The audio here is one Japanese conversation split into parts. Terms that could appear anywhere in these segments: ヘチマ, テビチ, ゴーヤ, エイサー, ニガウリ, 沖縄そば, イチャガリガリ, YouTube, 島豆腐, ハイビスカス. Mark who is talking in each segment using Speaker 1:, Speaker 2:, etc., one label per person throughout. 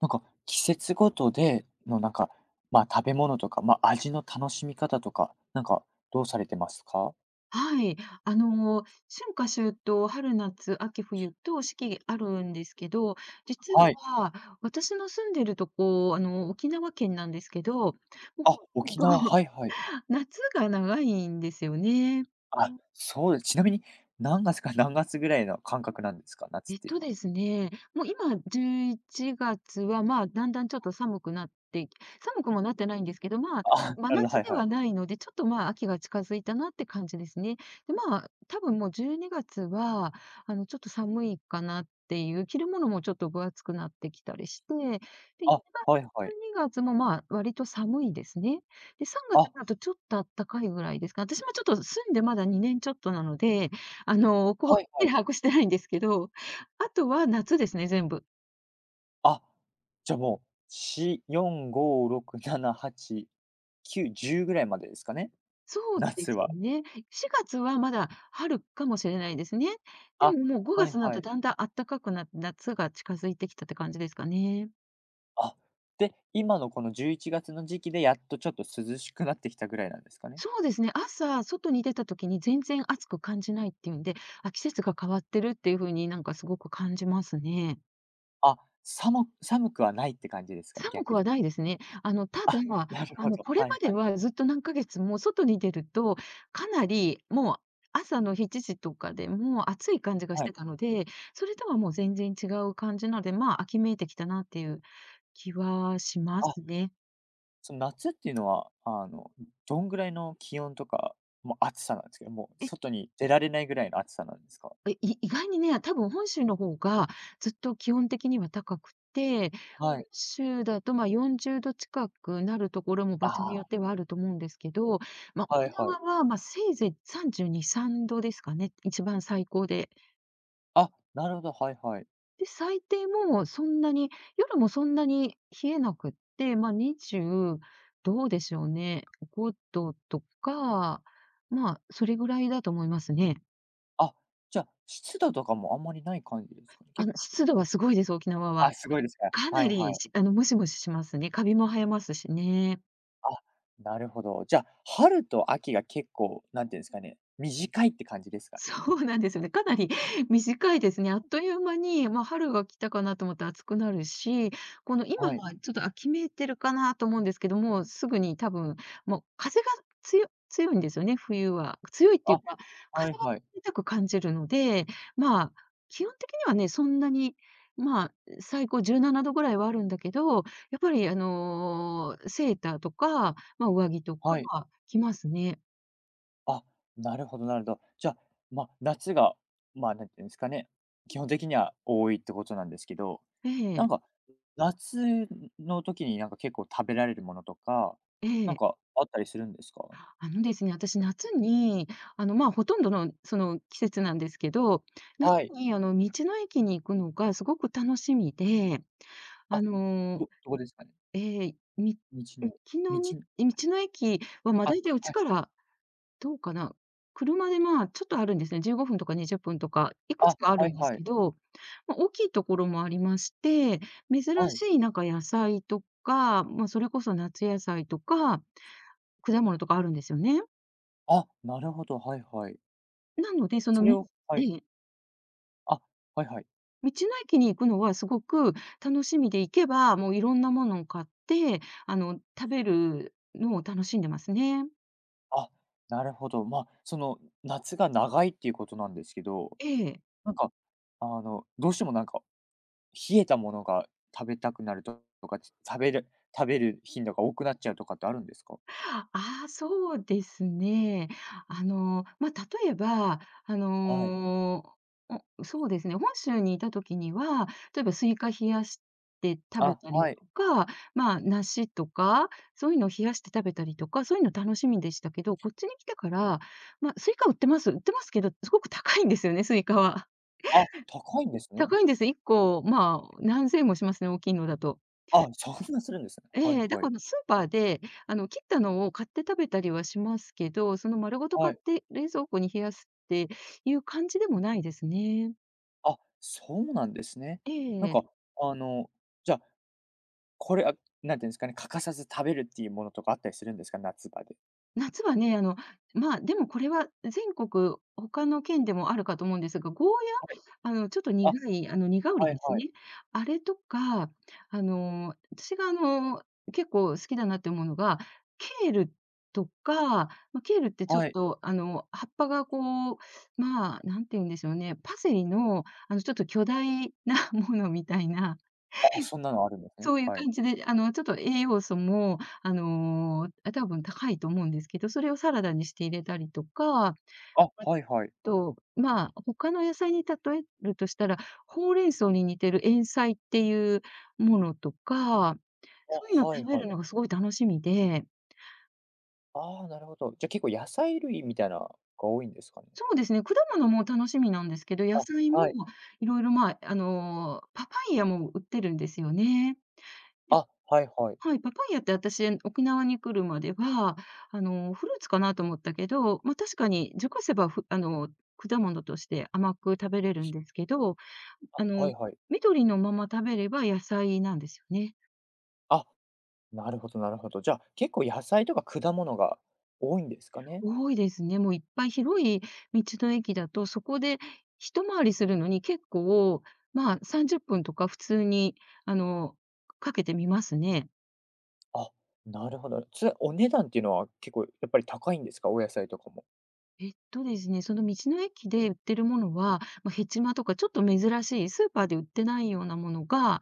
Speaker 1: なんか季節ごとでのなんか、まあ、食べ物とか、まあ、味の楽しみ方とか、なんかどうされてますか？
Speaker 2: はい。春夏秋冬、春夏、秋冬と四季あるんですけど、実
Speaker 1: はい。
Speaker 2: は私の住んでるとこ、沖縄県なんですけど、もう
Speaker 1: あ、
Speaker 2: ほとん
Speaker 1: 沖
Speaker 2: ど
Speaker 1: 縄、はいはい。
Speaker 2: 夏が長いんですよね。
Speaker 1: あ、そうです。ちなみに何月か 何月ぐらいの感覚なんですか？
Speaker 2: え
Speaker 1: 夏っ
Speaker 2: っ
Speaker 1: ていう
Speaker 2: と
Speaker 1: のは。
Speaker 2: ですね、もう今11月は、まあ、だんだんちょっと寒くもなってないんですけど、まあ、
Speaker 1: あ、
Speaker 2: 真
Speaker 1: なるほど、
Speaker 2: 夏
Speaker 1: はい
Speaker 2: で
Speaker 1: は
Speaker 2: は
Speaker 1: い。
Speaker 2: ないので、ちょっと、まあ、秋が近づいたなって感じですね。で、まあ、多分もう12月は、ちょっと寒いかなっていう、着るものもちょっと分厚くなってきたりして、で、1
Speaker 1: あ、はい
Speaker 2: 月、
Speaker 1: はい。
Speaker 2: 2月も、まあ、割と寒いですね。で、3月
Speaker 1: あ、
Speaker 2: になるとちょっと暖かいぐらいですか。私もちょっと住んでまだ2年ちょっとなので、はっ
Speaker 1: はい
Speaker 2: き
Speaker 1: はい。
Speaker 2: り把握してないんですけど、あとは夏ですね、全部。
Speaker 1: あ、じゃあもう、4、5、6、7、8、9、10ぐらいまでですかね？
Speaker 2: そうで
Speaker 1: 夏
Speaker 2: す
Speaker 1: は。
Speaker 2: ね。4月はまだ春かもしれないですね。で
Speaker 1: あ、
Speaker 2: ももう5
Speaker 1: はい
Speaker 2: 月になる
Speaker 1: は
Speaker 2: と
Speaker 1: い。
Speaker 2: だんだん暖かくなって、夏が近づいてきたって感じですかね。
Speaker 1: あ、で、今のこの11月の時期でやっとちょっと涼しくなってきたぐらいなんですかね？
Speaker 2: そうですね、朝外に出た時に全然暑く感じないっていうんで、あ、季節が変わってるっていう風になんかすごく感じますね。
Speaker 1: あ、さも寒くはないって感じですかね？
Speaker 2: 寒く
Speaker 1: 逆
Speaker 2: は
Speaker 1: に。
Speaker 2: ないですね。ただ、
Speaker 1: あ、なるほど。
Speaker 2: これ
Speaker 1: はい
Speaker 2: ま
Speaker 1: は
Speaker 2: で
Speaker 1: い。
Speaker 2: はずっと何ヶ月も外に出ると、かなりもう朝の7時とかでもう暑い感じがし
Speaker 1: は
Speaker 2: て
Speaker 1: い。
Speaker 2: たので、それとはもう全然違う感じなので、まあ、秋めいてきたなっていう気はしま
Speaker 1: あ、
Speaker 2: すね。
Speaker 1: その夏っていうのは、あの、どんぐらいの気温とか、もう暑さなんですけど、もう
Speaker 2: え、
Speaker 1: 外に出られないぐらいの暑さなんですか？
Speaker 2: 意外にね、多分本州の方がずっと気温的には高くて、
Speaker 1: はい。
Speaker 2: 州だと、ま、40度近くなるところも場所に
Speaker 1: あ
Speaker 2: よってはあると思うんですけど、まあ、
Speaker 1: あ、は
Speaker 2: 沖
Speaker 1: いはい。
Speaker 2: 縄は、ま、せいぜい32、3度ですかね、一番最高で。
Speaker 1: あ、なるほど、はいはい。
Speaker 2: で、最低もそんなに、夜もそんなに冷えなくって、まあにじゅう、20どうでしょうね、5度とか、まあ、それぐらいだと思いますね。
Speaker 1: あ、じゃあ、湿度とかもあんまりない感じですかね？結構。
Speaker 2: 湿度はすごいです、沖縄は。
Speaker 1: あ、すごいですか。
Speaker 2: かな
Speaker 1: はいは
Speaker 2: り、
Speaker 1: い。
Speaker 2: しあの、ムシムシしますね。カビも生えますしね。
Speaker 1: あ、なるほど。じゃあ、春と秋が結構、なんていうんですかね、短いって感じですかね？
Speaker 2: そうなんですよね。かなり 短いですね。あっという間に、まあ、春が来たかなと思って暑くなるし、この今
Speaker 1: はい。
Speaker 2: はちょっと秋めいてるかなと思うんですけども、すぐに多分、もう風が強い強いんですよね、冬は。強いっていう
Speaker 1: あ、
Speaker 2: か、風
Speaker 1: はい
Speaker 2: が
Speaker 1: はい。
Speaker 2: 冷たく感じるので、まあ、基本的にはね、そんなに、まあ、最高17度ぐらいはあるんだけど、やっぱりセーターとか、まあ、上着と
Speaker 1: はい。
Speaker 2: か着ますね。
Speaker 1: あ、なるほどなるほど。じゃあ、まあ、夏が、まあ、なんていうんですかね、基本的には多いってことなんですけど、
Speaker 2: え
Speaker 1: なん
Speaker 2: え、
Speaker 1: か、夏の時になんか結構食べられるものとか、
Speaker 2: え
Speaker 1: なん
Speaker 2: え。
Speaker 1: かあったりするんですか？
Speaker 2: あのですね、私夏に、まあ、ほとんどのその季節なんですけど、夏
Speaker 1: はい。
Speaker 2: に道の駅に行くのがすごく楽しみで、あ
Speaker 1: あ、
Speaker 2: の、
Speaker 1: どこですかね？
Speaker 2: えーみ
Speaker 1: 道の
Speaker 2: 駅の
Speaker 1: 道
Speaker 2: み
Speaker 1: の
Speaker 2: 道の駅は、まあ、
Speaker 1: あ、
Speaker 2: 大体うち
Speaker 1: はい。
Speaker 2: からどうかな、車で、まあ、ちょっとあるんですね。15分とか20分とか、いくつ
Speaker 1: あ、
Speaker 2: かあ
Speaker 1: は
Speaker 2: る
Speaker 1: い
Speaker 2: んです
Speaker 1: は
Speaker 2: け
Speaker 1: い。
Speaker 2: ど、まあ、大きいところもありまして、珍
Speaker 1: は
Speaker 2: し
Speaker 1: い。
Speaker 2: いなんか野菜とか、まあ、それこそ夏野菜とか、果物とかあるんですよね。
Speaker 1: あ、なるほど、はいはい。
Speaker 2: なので、その
Speaker 1: それ
Speaker 2: み
Speaker 1: をは
Speaker 2: え
Speaker 1: い。
Speaker 2: え。
Speaker 1: あ、はいはい。
Speaker 2: 道の駅に行くのはすごく楽しみで、行けば、もういろんなものを買って、食べるのを楽しんでますね。
Speaker 1: あ、なるほど。まあ、その、夏が長いっていうことなんですけど、
Speaker 2: ええ。
Speaker 1: なんか、あの、どうしてもなんか、冷えたものが食べたくなるととか、食べる食べる頻度が多くなっちゃうとかってあるんですか？
Speaker 2: ああ、そうですね。まあ、例えば、
Speaker 1: はい。
Speaker 2: そうですね、本州にいた時には、例えばスイカ冷やして食べ
Speaker 1: あ、
Speaker 2: たり
Speaker 1: はい。
Speaker 2: とか、まあ、梨とか、そういうのを冷やして食べたりとか、そういうの楽しみでしたけど、こっちに来てから、まあ、スイカ売ってますけど、すごく高いんですよね、スイカは。
Speaker 1: あ、高いんですね。
Speaker 2: 高いんです。1個、まあ、何千円もしますね、大きいのだと。
Speaker 1: あ、そんなするんですね。はい
Speaker 2: ええ、だ
Speaker 1: は
Speaker 2: か
Speaker 1: い。
Speaker 2: らスーパーで、切ったのを買って食べたりはしますけど、その丸ごと
Speaker 1: は
Speaker 2: 買っ
Speaker 1: い。
Speaker 2: て冷蔵庫に冷やすっていう感じでもないですね。
Speaker 1: あ、そうなんですね。
Speaker 2: え
Speaker 1: なん
Speaker 2: え。
Speaker 1: か、あの、じゃあ、これ、あ、なんていうんですかね、欠かさず食べるっていうものとかあったりするんですか？夏場で。
Speaker 2: 夏はね、まあ、でもこれは全国他の県でもあるかと思うんですが、ゴー
Speaker 1: はい。
Speaker 2: ヤ、ちょっと
Speaker 1: あ、
Speaker 2: 苦い、苦ガ
Speaker 1: は
Speaker 2: で
Speaker 1: い
Speaker 2: す
Speaker 1: は
Speaker 2: ね。
Speaker 1: い。
Speaker 2: あれとか、私が、結構好きだなって思うのが、ケールとか、まあ、ケールってちょっ
Speaker 1: はい。
Speaker 2: と、葉っぱがこう、まあ、なんて言うんでしょうね、パセリの、ちょっと巨大な ものみたいな
Speaker 1: あ、そんなのあるんですね。
Speaker 2: そういう
Speaker 1: はい。
Speaker 2: 感じで、ちょっと栄養素も、多分高いと思うんですけど、それをサラダにして入れたりとか、
Speaker 1: あ、
Speaker 2: あ
Speaker 1: はいはい。
Speaker 2: と、まあ、他の野菜に例えるとしたら、ほうれん草に似てる塩菜っていうものとか、そういうの
Speaker 1: あ、
Speaker 2: を
Speaker 1: はい
Speaker 2: 食べ
Speaker 1: は
Speaker 2: る
Speaker 1: い。
Speaker 2: のがすごい楽しみで、
Speaker 1: ああ、なるほど。じゃ、結構野菜類みたいなが多いんですかね？
Speaker 2: そうですね、果物も楽しみなんですけど、野
Speaker 1: あ、
Speaker 2: 菜も
Speaker 1: はい。
Speaker 2: いろいろまあ、パパイヤも売ってるんですよね。
Speaker 1: あ、はいはい。
Speaker 2: はい、パパイヤって私、沖縄に来るまでは、フルーツかなと思ったけど、ま、確かに熟せば、ふあの、果物として甘く食べれるんですけど、あ
Speaker 1: あ、は
Speaker 2: の、
Speaker 1: いはい。
Speaker 2: 緑のまま食べれば野菜なんですよね。
Speaker 1: あ、なるほど。じゃあ、結構野菜とか果物が多いんですかね？
Speaker 2: 多いですね。もういっぱい広い道の駅だと、そこで一回りするのに結構、まあ、30分とか普通に、あの、かけてみますね。
Speaker 1: あ、なるほど。それ、お値段っていうのは結構やっぱり高いんですか？お野菜とかも。
Speaker 2: その道の駅で売ってるものは、まあ、ヘチマとかちょっと珍しい、スーパーで売ってないようなものが、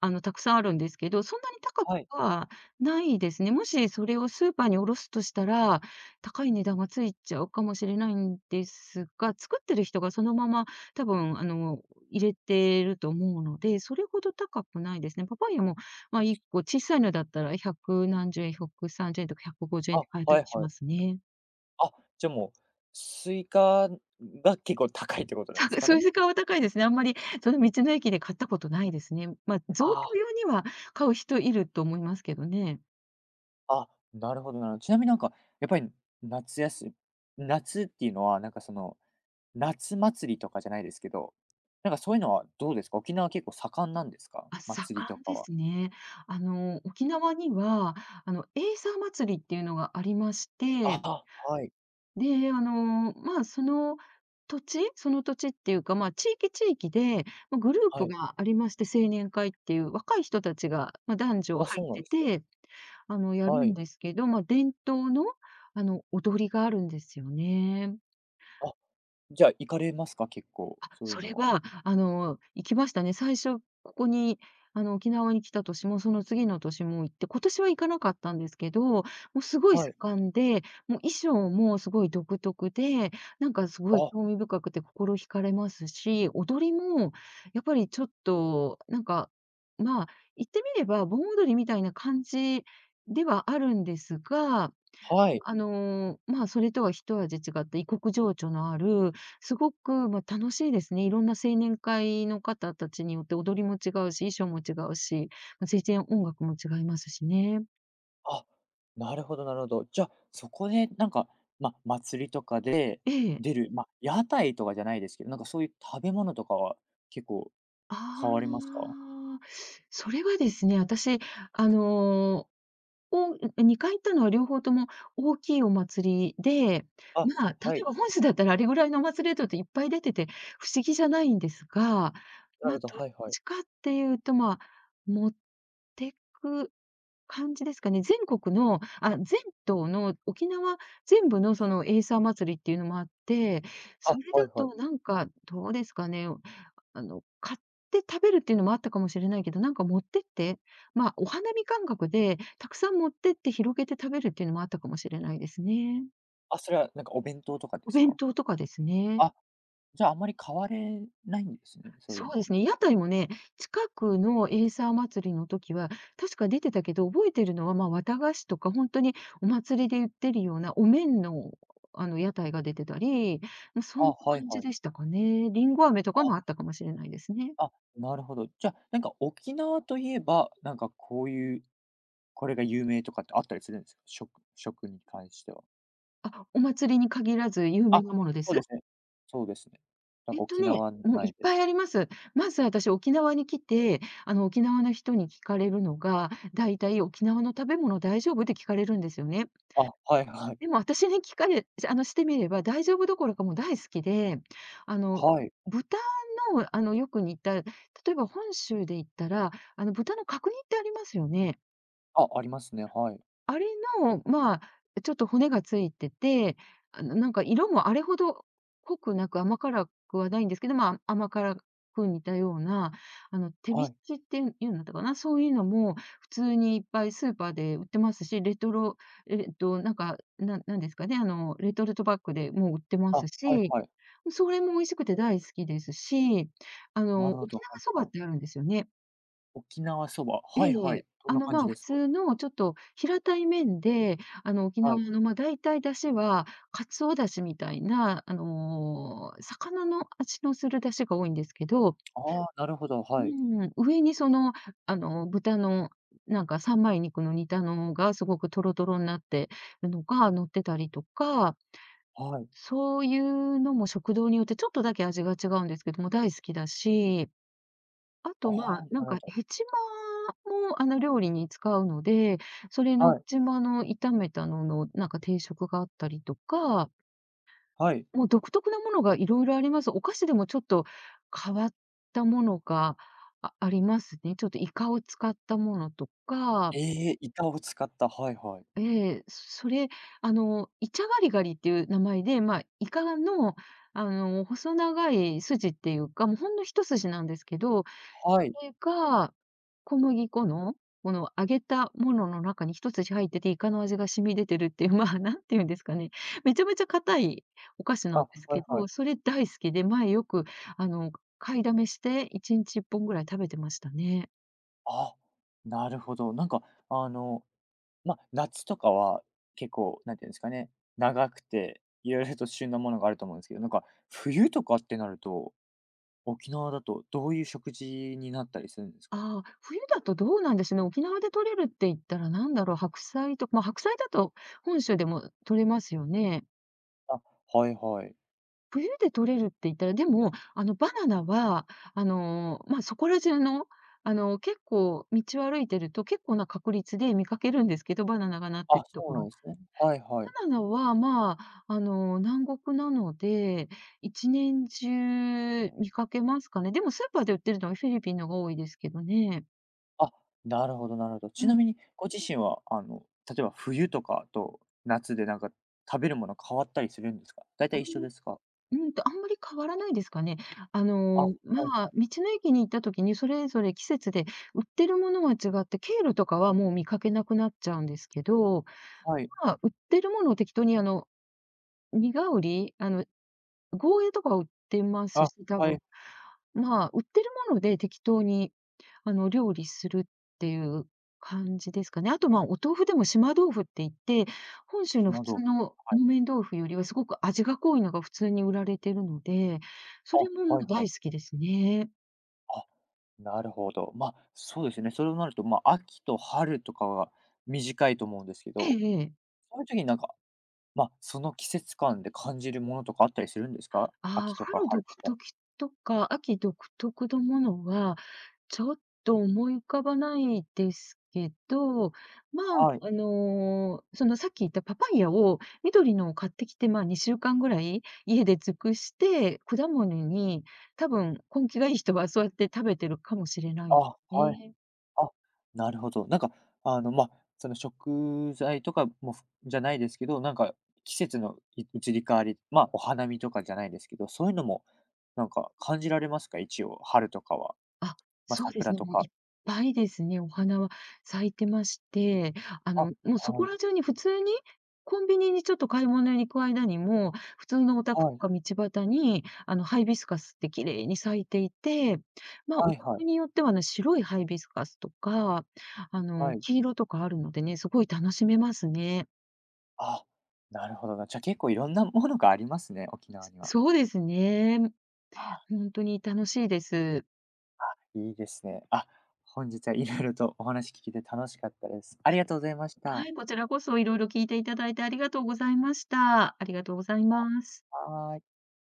Speaker 2: たくさんあるんですけど、そんなに高く
Speaker 1: はい。
Speaker 2: はないですね。もしそれをスーパーに卸すとしたら、高い値段がついちゃうかもしれないんですが、作ってる人がそのまま多分、入れてると思うので、それほど高くないですね。パパイヤも、まあ、1個小さいのだったら100何十円、130円とか150円で
Speaker 1: あ、
Speaker 2: 買えたり
Speaker 1: はい
Speaker 2: し
Speaker 1: は
Speaker 2: ま
Speaker 1: い。
Speaker 2: すね。
Speaker 1: あ、じゃ、もう、スイカが結構高いってことなんです か
Speaker 2: そう
Speaker 1: ね？
Speaker 2: いう顔高いですね。あんまりその道の駅で買ったことないですね。まあ、贈
Speaker 1: あ
Speaker 2: 答
Speaker 1: あ。
Speaker 2: 用には買う人いると思いますけどね。
Speaker 1: あ、なるほど。ちなみになんか、やっぱり夏休み、夏っていうのは、なんかその、夏祭りとかじゃないですけど、なんかそういうのはどうですか？沖縄結構盛んなんですか？
Speaker 2: あ、
Speaker 1: 祭りと
Speaker 2: 盛ん
Speaker 1: か
Speaker 2: で
Speaker 1: は。
Speaker 2: すね。沖縄には、エイサー祭りっていうのがありまして、
Speaker 1: あ、はい、
Speaker 2: で、まあ、その土地その土地っていうか、まあ、地域地域で、まあ、グルー
Speaker 1: は
Speaker 2: プ
Speaker 1: い。
Speaker 2: がありまして、青年会っていう若い人たちが、まあ、男女
Speaker 1: あ、
Speaker 2: 入っ
Speaker 1: そうなん
Speaker 2: て
Speaker 1: ですね。
Speaker 2: て、や
Speaker 1: は
Speaker 2: るん
Speaker 1: い。
Speaker 2: ですけど、まあ、伝統の、踊りがあるんですよね。
Speaker 1: あ、じゃあ行かれますか？結構、
Speaker 2: あ、
Speaker 1: そういう
Speaker 2: そ
Speaker 1: の
Speaker 2: れ
Speaker 1: は。
Speaker 2: は、行きましたね。最初、ここに、沖縄に来た年も、その次の年も行って、今年は行かなかったんですけど、もうすごい
Speaker 1: はい。
Speaker 2: 盛んで、もう衣装もすごい独特で、なんかすごい
Speaker 1: あ、
Speaker 2: 興味深くて心惹かれますし、踊りもやっぱりちょっと、なんか、まあ、言ってみれば盆踊りみたいな感じではあるんですが、
Speaker 1: はい。
Speaker 2: まあ、それとは一味違って異国情緒のある、すごく、まあ、楽しいですね。いろんな青年会の方たちによって踊りも違うし、衣装も違うし、ま、全然音楽も違いますしね。
Speaker 1: あ、なるほど。じゃあ、そこでなんか、ま、祭りとかで
Speaker 2: ええ。
Speaker 1: 出る、ま、屋台とかじゃないですけど、なんかそういう食べ物とかは結構買われます
Speaker 2: あ
Speaker 1: か？
Speaker 2: あ、それはですね、私、あのーおう2回行ったのは両方とも大きいお祭りで、
Speaker 1: あ、
Speaker 2: まあ、例
Speaker 1: は
Speaker 2: え
Speaker 1: い。
Speaker 2: ば本州だったらあれぐらいのお祭りだといっぱい出てて不思議じゃないんですが、
Speaker 1: な
Speaker 2: まあ、
Speaker 1: るほど、
Speaker 2: どっ
Speaker 1: はいはい。
Speaker 2: ちかっていうと、まあ、持ってく感じですかね。全国の、全島の沖縄全部のそのエイサー祭りっていうのもあって、
Speaker 1: あ、
Speaker 2: それだ
Speaker 1: はいはい。
Speaker 2: となんかどうですかね。買って食べるっていうのもあったかもしれないけど、なんか持ってって、まあ、お花見感覚でたくさん持ってって広げて食べるっていうのもあったかもしれないですね。
Speaker 1: あ、それはなんかお弁当とかで
Speaker 2: お
Speaker 1: す
Speaker 2: 弁
Speaker 1: か？
Speaker 2: 当とかですね。
Speaker 1: あ、じゃあ、あんまり買われないんですね、そうい
Speaker 2: そ
Speaker 1: う
Speaker 2: う
Speaker 1: の
Speaker 2: で
Speaker 1: は。
Speaker 2: すね。屋台もね、近くのエイサー祭りの時は、確か出てたけど、覚えてるのは、まあ、綿菓子とか、本当にお祭りで売ってるようなお面の、屋台が出てたり、まあ、そ
Speaker 1: あ、
Speaker 2: んな
Speaker 1: はい
Speaker 2: 感じ
Speaker 1: はい。
Speaker 2: でしたかね。りんご飴とかもあったかもしれないですね。
Speaker 1: あ、あ、なるほど。じゃあ、なんか沖縄といえば、なんかこういう、これが有名とかってあったりするんですか？食に関しては。
Speaker 2: あ、お祭りに限らず有
Speaker 1: あ、
Speaker 2: 名なもので
Speaker 1: そう
Speaker 2: す？
Speaker 1: ですね。そうですね。なん
Speaker 2: えっ
Speaker 1: か
Speaker 2: と
Speaker 1: 沖
Speaker 2: ね、
Speaker 1: 縄
Speaker 2: もういっ
Speaker 1: 内で。
Speaker 2: ぱいあります。まず私、沖縄に来て、沖縄の人に聞かれるのが、だいたい「沖縄の食べ物大丈夫？」って聞かれるんですよね。
Speaker 1: あ、はいはい。
Speaker 2: でも私に聞かれしてみれば大丈夫どころかもう大好きで、あの、
Speaker 1: はい。
Speaker 2: 豚の、よく似た例えば本州で言ったら、豚の角煮ってありますよね。
Speaker 1: あ、ありますね、はい。
Speaker 2: あれの、まあ、ちょっと骨がついてて、なんか色もあれほど濃くなく甘辛くはないんですけど、まあ、甘辛く似たような、テ
Speaker 1: は
Speaker 2: ビ
Speaker 1: い。
Speaker 2: チっていうんだったかな、そういうのも普通にいっぱいスーパーで売ってますし、レトロええっと、なんか、なんですかね、レトルトバッグでもう売ってま
Speaker 1: あ、
Speaker 2: す
Speaker 1: はい
Speaker 2: し、
Speaker 1: はい。
Speaker 2: それも美味しくて大好きですし、
Speaker 1: なる
Speaker 2: 沖
Speaker 1: ほど、は
Speaker 2: 縄
Speaker 1: い
Speaker 2: そば
Speaker 1: は
Speaker 2: っ
Speaker 1: い。
Speaker 2: てあるんですよね。
Speaker 1: 沖縄そば、
Speaker 2: え
Speaker 1: はいはい。どんな感
Speaker 2: ま
Speaker 1: じ
Speaker 2: あ、
Speaker 1: で
Speaker 2: 普
Speaker 1: すか？
Speaker 2: 通のちょっと平たい麺で、沖
Speaker 1: は
Speaker 2: 縄
Speaker 1: い。
Speaker 2: の、まあ、大体出汁は鰹出汁みたいな、魚の味のする出汁が多いんですけど、
Speaker 1: ああ、なるほど、
Speaker 2: う
Speaker 1: はい。
Speaker 2: 上にその、豚のなんか三枚肉の煮たのがすごくトロトロになってるのが乗ってたりとか、
Speaker 1: はい。
Speaker 2: そういうのも食堂によってちょっとだけ味が違うんですけども、大好きだし、あ
Speaker 1: あ
Speaker 2: と、ま
Speaker 1: あ、
Speaker 2: あ、な
Speaker 1: な
Speaker 2: ん
Speaker 1: るほ
Speaker 2: か
Speaker 1: ど。
Speaker 2: ヘチマも、料理に使うので、それのヘ
Speaker 1: はい。
Speaker 2: チマの炒めたのの、なんか定食があったりとか、
Speaker 1: はい。
Speaker 2: もう独特なものがいろいろあります。お菓子でもちょっと変わったものが、ありますね。ちょっとイカを使ったものとか、
Speaker 1: ええ、イカを使った、はいはい。
Speaker 2: ええ、それ、あの、イチャガリガリっていう名前で、まあ、イカの、細長い筋っていうか、もうほんの一筋なんですけど
Speaker 1: はい。
Speaker 2: れが、小麦粉の、この揚げたものの中に一筋入ってて、イカの味が染み出てるっていう、まあ、なんて言うんですかね、めちゃめちゃ硬いお菓子
Speaker 1: あ、
Speaker 2: なんです
Speaker 1: は
Speaker 2: け
Speaker 1: いは
Speaker 2: ど、
Speaker 1: い。
Speaker 2: それ大好きで、前よく、あの、買いだめして、1日1本ぐらい食べてましたね。
Speaker 1: あ、なるほど。なんか、あの、ま、夏とかは結構、何て言うんですかね、長くて、色々と旬なものがあると思うんですけど、なんか冬とかってなると、沖縄だとどういう食事になったりするんですか？
Speaker 2: ああ、冬だとどうなんですね。沖縄で取れるって言ったらなんだろう、白菜とか、まあ、白菜だと本州でも取れますよね。
Speaker 1: あ、はいはい。
Speaker 2: 冬で取れるって言ったら、でも、バナナは、まあ、そこら中の、結構道を歩いてると、結構な確率で見かけるんですけど、バナナがなって
Speaker 1: あ、
Speaker 2: ると
Speaker 1: そ
Speaker 2: こ
Speaker 1: うなん
Speaker 2: ろ。
Speaker 1: ですね。はいはい。
Speaker 2: バナナは、まあ、南国なので、一年中見かけますかね。でもスーパーで売ってるのはフィリピンのが多いですけどね。
Speaker 1: あ、なるほど。
Speaker 2: う
Speaker 1: ち
Speaker 2: ん。
Speaker 1: なみにご自身は、あの、例えば冬とかと夏でなんか食べるもの変わったりするんですか？大体一緒ですか？
Speaker 2: あんまり変わらないですかね。
Speaker 1: あ、は
Speaker 2: まあ、
Speaker 1: い
Speaker 2: 道の駅に行った時に、それぞれ季節で売ってるものは違って、ケールとかはもう見かけなくなっちゃうんですけど、
Speaker 1: はい。
Speaker 2: まあ、売ってるものを適当にニガウリ、ゴーヤとかは売ってます
Speaker 1: あ、
Speaker 2: し、多
Speaker 1: は
Speaker 2: 分。
Speaker 1: い。
Speaker 2: まあ、売ってるもので適当に、料理するっていう感じですかね。あと、まあ、お豆腐でも島豆腐って言って、本州の普
Speaker 1: 島豆
Speaker 2: 通
Speaker 1: 腐。
Speaker 2: の
Speaker 1: はい。
Speaker 2: 木綿豆腐よりはすごく味が濃いのが普通に売られてるので、それもも
Speaker 1: あ、は
Speaker 2: う
Speaker 1: い
Speaker 2: 大
Speaker 1: は
Speaker 2: 好
Speaker 1: い。
Speaker 2: きですね。
Speaker 1: あ、なるほど。まあ、そうですね。そうなると、まあ、秋と春とかは短いと思うんですけ
Speaker 2: え
Speaker 1: ど、
Speaker 2: えええ。
Speaker 1: そういう時になんか、まあ、その季節感で感じるものとかあったりするんですか？
Speaker 2: ああ、
Speaker 1: 秋とか
Speaker 2: 春
Speaker 1: 春
Speaker 2: 独
Speaker 1: とか。
Speaker 2: 特とか秋独特のものは、ちょっと思い浮かばないですけど、ま
Speaker 1: はい。
Speaker 2: あ、そのさっき言ったパパイヤを緑のを買ってきて、まあ、2週間ぐらい家で尽くして、果物に多分根気がいい人はそうやって食べてるかもしれな
Speaker 1: あ、
Speaker 2: い
Speaker 1: はい。
Speaker 2: ね。
Speaker 1: あ、なるほど。なんか、あの、まあ、その食材とかも、ふじゃないですけど、なんか季節の移り変わり、まあ、お花見とかじゃないですけど、そういうのもなんか感じられますか？一応、春とかは。
Speaker 2: あ、
Speaker 1: まあ、
Speaker 2: そうです
Speaker 1: 桜
Speaker 2: ね、
Speaker 1: と
Speaker 2: もうい
Speaker 1: か。
Speaker 2: っぱいですね、お花は咲いてまして、
Speaker 1: あ、
Speaker 2: もうそ
Speaker 1: は
Speaker 2: こ
Speaker 1: い、
Speaker 2: ら中に普通に、コンビニにちょっと買い物に行く間にも、普通のお宅
Speaker 1: は
Speaker 2: と
Speaker 1: い、
Speaker 2: か道端に、ハイビスカスって綺麗に咲いていて、まあ、お
Speaker 1: はいは
Speaker 2: 宅
Speaker 1: い、
Speaker 2: によってはね、白いハイビスカスとか、
Speaker 1: はい。
Speaker 2: 黄色とかあるのでね、すごい楽しめますね。
Speaker 1: あ、なるほどな。じゃ、結構いろんなものがありますね、沖縄には。
Speaker 2: そうですね。ほんとに楽しいです。
Speaker 1: いいですね。あ、本日はいろいろとお話聞けて楽しかったです。ありがとうございまし
Speaker 2: は
Speaker 1: た。
Speaker 2: い、こちらこそ色々聞いていただいてありがとうございました。ありがとうございます。
Speaker 1: ははい。